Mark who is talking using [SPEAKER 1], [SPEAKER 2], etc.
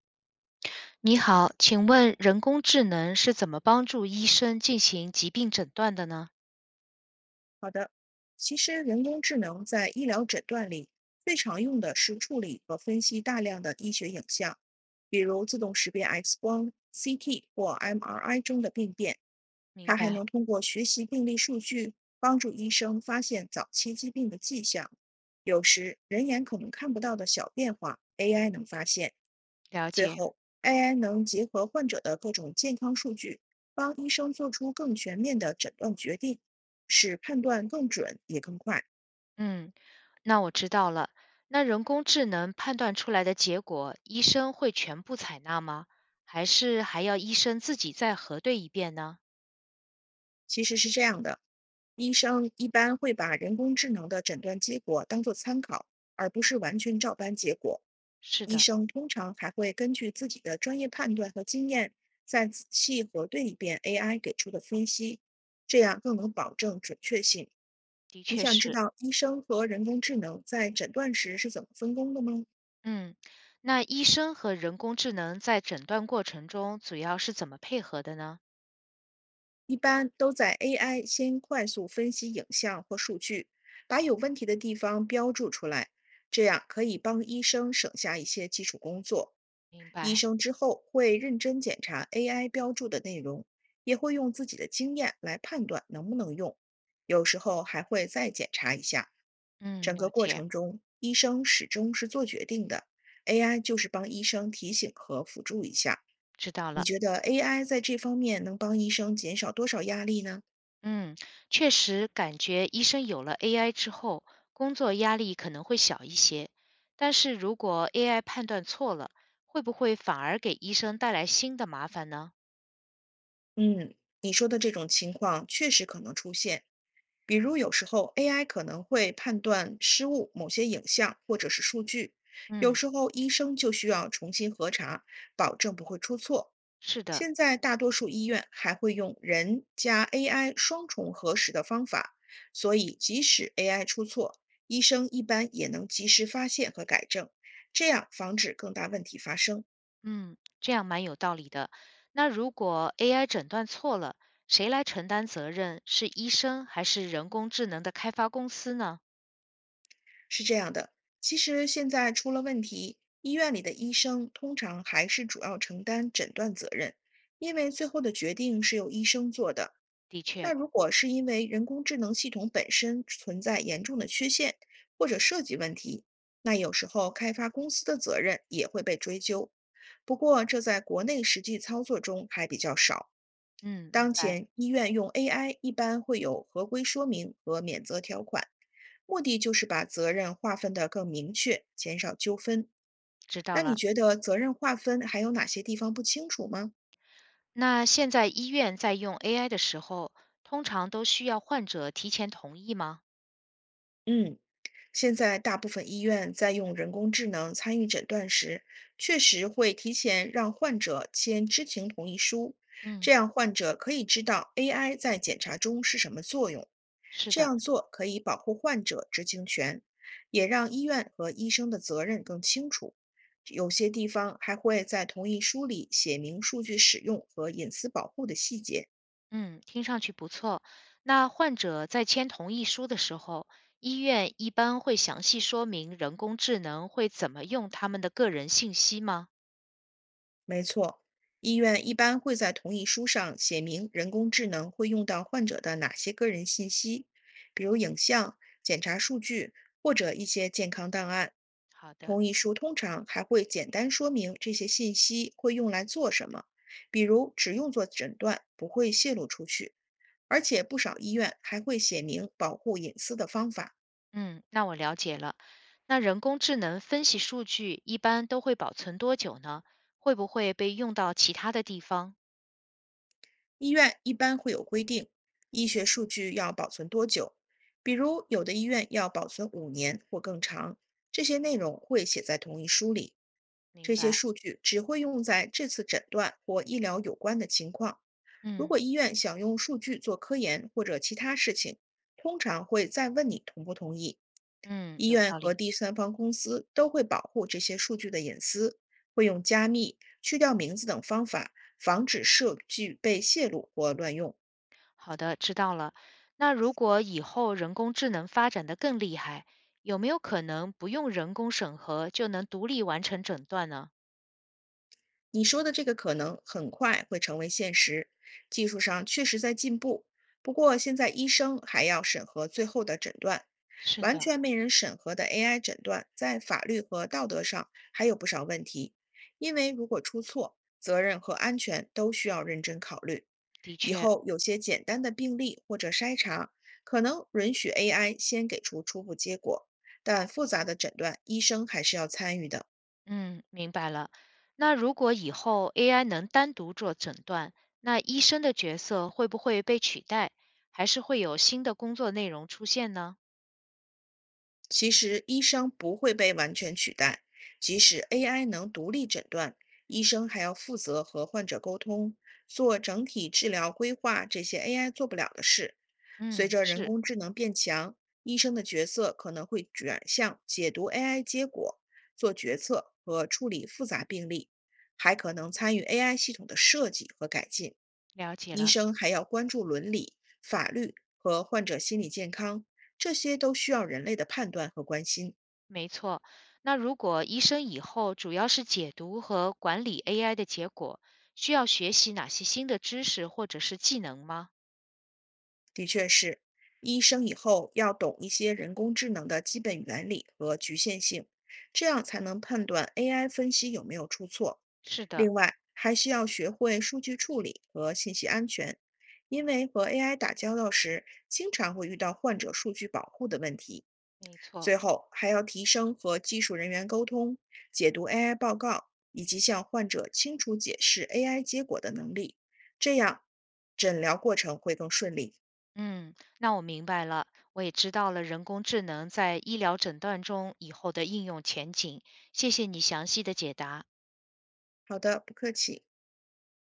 [SPEAKER 1] 你好，请问人工智能是怎么帮助医生进行疾病诊断的呢？
[SPEAKER 2] 好的，其实人工智能在医疗诊断里最常用的是处理和分析大量的医学影像，比如自动识别 X 光、CT 或 MRI 中的病变。
[SPEAKER 1] 明
[SPEAKER 2] 它还
[SPEAKER 1] 白，
[SPEAKER 2] 能通过学习病例数据，帮助医生发现早期疾病的迹象。有时人眼可能看不到的小变化，AI 能发现。
[SPEAKER 1] 了
[SPEAKER 2] 最
[SPEAKER 1] 解。
[SPEAKER 2] 后，AI 能结合患者的各种健康数据，帮医生做出更全面的诊断决定，使判断更准也更快。
[SPEAKER 1] 嗯，那我知道了。那人工智能判断出来的结果，医生会全部采纳吗？还是还要医生自己再核对一遍呢？
[SPEAKER 2] 其实是这样的，医生一般会把人工智能的诊断结果当做参考，而不是完全照搬结果。
[SPEAKER 1] 是
[SPEAKER 2] 医
[SPEAKER 1] 的，
[SPEAKER 2] 生通常还会根据自己的专业判断和经验，再仔细核对一遍 AI 给出的分析，这样更能保证准确性。
[SPEAKER 1] 的
[SPEAKER 2] 你
[SPEAKER 1] 确
[SPEAKER 2] 想知
[SPEAKER 1] 是。
[SPEAKER 2] 道医生和人工智能在诊断时是怎么分工的吗？
[SPEAKER 1] 嗯，那医生和人工智能在诊断过程中主要是怎么配合的呢？
[SPEAKER 2] 一般都在 AI 先快速分析影像或数据，把有问题的地方标注出来，这样可以帮医生省下一些基础工作。
[SPEAKER 1] 明
[SPEAKER 2] 医
[SPEAKER 1] 白，
[SPEAKER 2] 生之后会认真检查 AI 标注的内容，也会用自己的经验来判断能不能用，有时候还会再检查一下。
[SPEAKER 1] 嗯，
[SPEAKER 2] 整个
[SPEAKER 1] 了
[SPEAKER 2] 过
[SPEAKER 1] 解。
[SPEAKER 2] 程中，医生始终是做决定的，AI 就是帮医生提醒和辅助一下。
[SPEAKER 1] 知道
[SPEAKER 2] 你
[SPEAKER 1] 了。
[SPEAKER 2] 觉得 AI 在这方面能帮医生减少多少压力呢？
[SPEAKER 1] 嗯，确实感觉医生有了 AI 之后，工作压力可能会小一些。但是如果 AI 判断错了，会不会反而给医生带来新的麻烦呢？
[SPEAKER 2] 嗯，你说的这种情况确实可能出现，比如有时候 AI 可能会判断失误某些影像或者是数据，有
[SPEAKER 1] 嗯，
[SPEAKER 2] 时候医生就需要重新核查，保证不会出错。
[SPEAKER 1] 是的，
[SPEAKER 2] 现在大多数医院还会用人加 AI 双重核实的方法，所以即使 AI 出错，医生一般也能及时发现和改正，这样防止更大问题发生。
[SPEAKER 1] 嗯，这样蛮有道理的。那如果 AI 诊断错了，谁来承担责任？是医生还是人工智能的开发公司呢？
[SPEAKER 2] 是这样的，其实现在出了问题，医院里的医生通常还是主要承担诊断责任，因为最后的决定是由医生做的。
[SPEAKER 1] 的确，
[SPEAKER 2] 那如果是因为人工智能系统本身存在严重的缺陷或者设计问题，那有时候开发公司的责任也会被追究。不过，这在国内实际操作中还比较少。
[SPEAKER 1] 嗯，明
[SPEAKER 2] 当
[SPEAKER 1] 白，
[SPEAKER 2] 前医院用 AI 一般会有合规说明和免责条款，目的就是把责任划分得更明确，减少纠纷。
[SPEAKER 1] 知道
[SPEAKER 2] 那你
[SPEAKER 1] 了。
[SPEAKER 2] 觉得责任划分还有哪些地方不清楚吗？
[SPEAKER 1] 那现在医院在用 AI 的时候，通常都需要患者提前同意吗？
[SPEAKER 2] 嗯。现在大部分医院在用人工智能参与诊断时，确实会提前让患者签知情同意书，这
[SPEAKER 1] 嗯，
[SPEAKER 2] 样患者可以知道 AI 在检查中是什么作用。
[SPEAKER 1] 是
[SPEAKER 2] 这
[SPEAKER 1] 的，
[SPEAKER 2] 样做可以保护患者知情权，也让医院和医生的责任更清楚。有些地方还会在同意书里写明数据使用和隐私保护的细节，
[SPEAKER 1] 嗯，听上去不错。那患者在签同意书的时候，医院一般会详细说明人工智能会怎么用他们的个人信息吗？
[SPEAKER 2] 没错，医院一般会在同意书上写明人工智能会用到患者的哪些个人信息，比如影像、检查数据或者一些健康档案。
[SPEAKER 1] 好的，
[SPEAKER 2] 同意书通常还会简单说明这些信息会用来做什么，比如只用作诊断，不会泄露出去。而且不少医院还会写明保护隐私的方法。
[SPEAKER 1] 嗯，那我了解了。那人工智能分析数据一般都会保存多久呢？会不会被用到其他的地方？
[SPEAKER 2] 医院一般会有规定，医学数据要保存多久，比如有的医院要保存5年或更长，这些内容会写在同意书里。
[SPEAKER 1] 明
[SPEAKER 2] 这些
[SPEAKER 1] 白。
[SPEAKER 2] 数据只会用在这次诊断或医疗有关的情况。如
[SPEAKER 1] 嗯
[SPEAKER 2] 果医院想用数据做科研或者其他事情，通常会再问你同不同意。
[SPEAKER 1] 嗯，
[SPEAKER 2] 医
[SPEAKER 1] 有
[SPEAKER 2] 院
[SPEAKER 1] 道
[SPEAKER 2] 和
[SPEAKER 1] 理。
[SPEAKER 2] 第三方公司都会保护这些数据的隐私，会用加密、去掉名字等方法，防止数据被泄露或乱用。
[SPEAKER 1] 好的，知道了。那如果以后人工智能发展的更厉害，有没有可能不用人工审核就能独立完成诊断呢？
[SPEAKER 2] 你说的这个可能很快会成为现实，技术上确实在进步，不过现在医生还要审核最后的诊断，
[SPEAKER 1] 是
[SPEAKER 2] 完
[SPEAKER 1] 的，
[SPEAKER 2] 全没人审核的 AI 诊断，在法律和道德上还有不少问题，因为如果出错，责任和安全都需要认真考虑。
[SPEAKER 1] 的
[SPEAKER 2] 以
[SPEAKER 1] 确，
[SPEAKER 2] 后有些简单的病例或者筛查，可能允许 AI 先给出初步结果，但复杂的诊断医生还是要参与的。
[SPEAKER 1] 嗯，明白了。那如果以后 AI 能单独做诊断，那医生的角色会不会被取代，还是会有新的工作内容出现呢？
[SPEAKER 2] 其实，医生不会被完全取代，即使 AI 能独立诊断，医生还要负责和患者沟通，做整体治疗规划这些 AI 做不了的事。随
[SPEAKER 1] 嗯，
[SPEAKER 2] 着人
[SPEAKER 1] 是，
[SPEAKER 2] 工智能变强，医生的角色可能会转向解读 AI 结果、做决策和处理复杂病例，还可能参与 AI 系统的设计和改进。
[SPEAKER 1] 了解
[SPEAKER 2] 医
[SPEAKER 1] 了。
[SPEAKER 2] 生还要关注伦理、法律和患者心理健康。这些都需要人类的判断和关心。
[SPEAKER 1] 没错，那如果医生以后主要是解读和管理 AI 的结果，需要学习哪些新的知识或者是技能吗？
[SPEAKER 2] 的确是，医生以后要懂一些人工智能的基本原理和局限性，这样才能判断 AI 分析有没有出错。
[SPEAKER 1] 是的，
[SPEAKER 2] 另外，还需要学会数据处理和信息安全，因为和 AI 打交道时，经常会遇到患者数据保护的问题。
[SPEAKER 1] 没错。
[SPEAKER 2] 最后，还要提升和技术人员沟通、解读 AI 报告以及向患者清楚解释 AI 结果的能力，这样诊疗过程会更顺利。
[SPEAKER 1] 嗯，那我明白了，我也知道了人工智能在医疗诊断中以后的应用前景。谢谢你详细的解答。
[SPEAKER 2] 好的，不客气。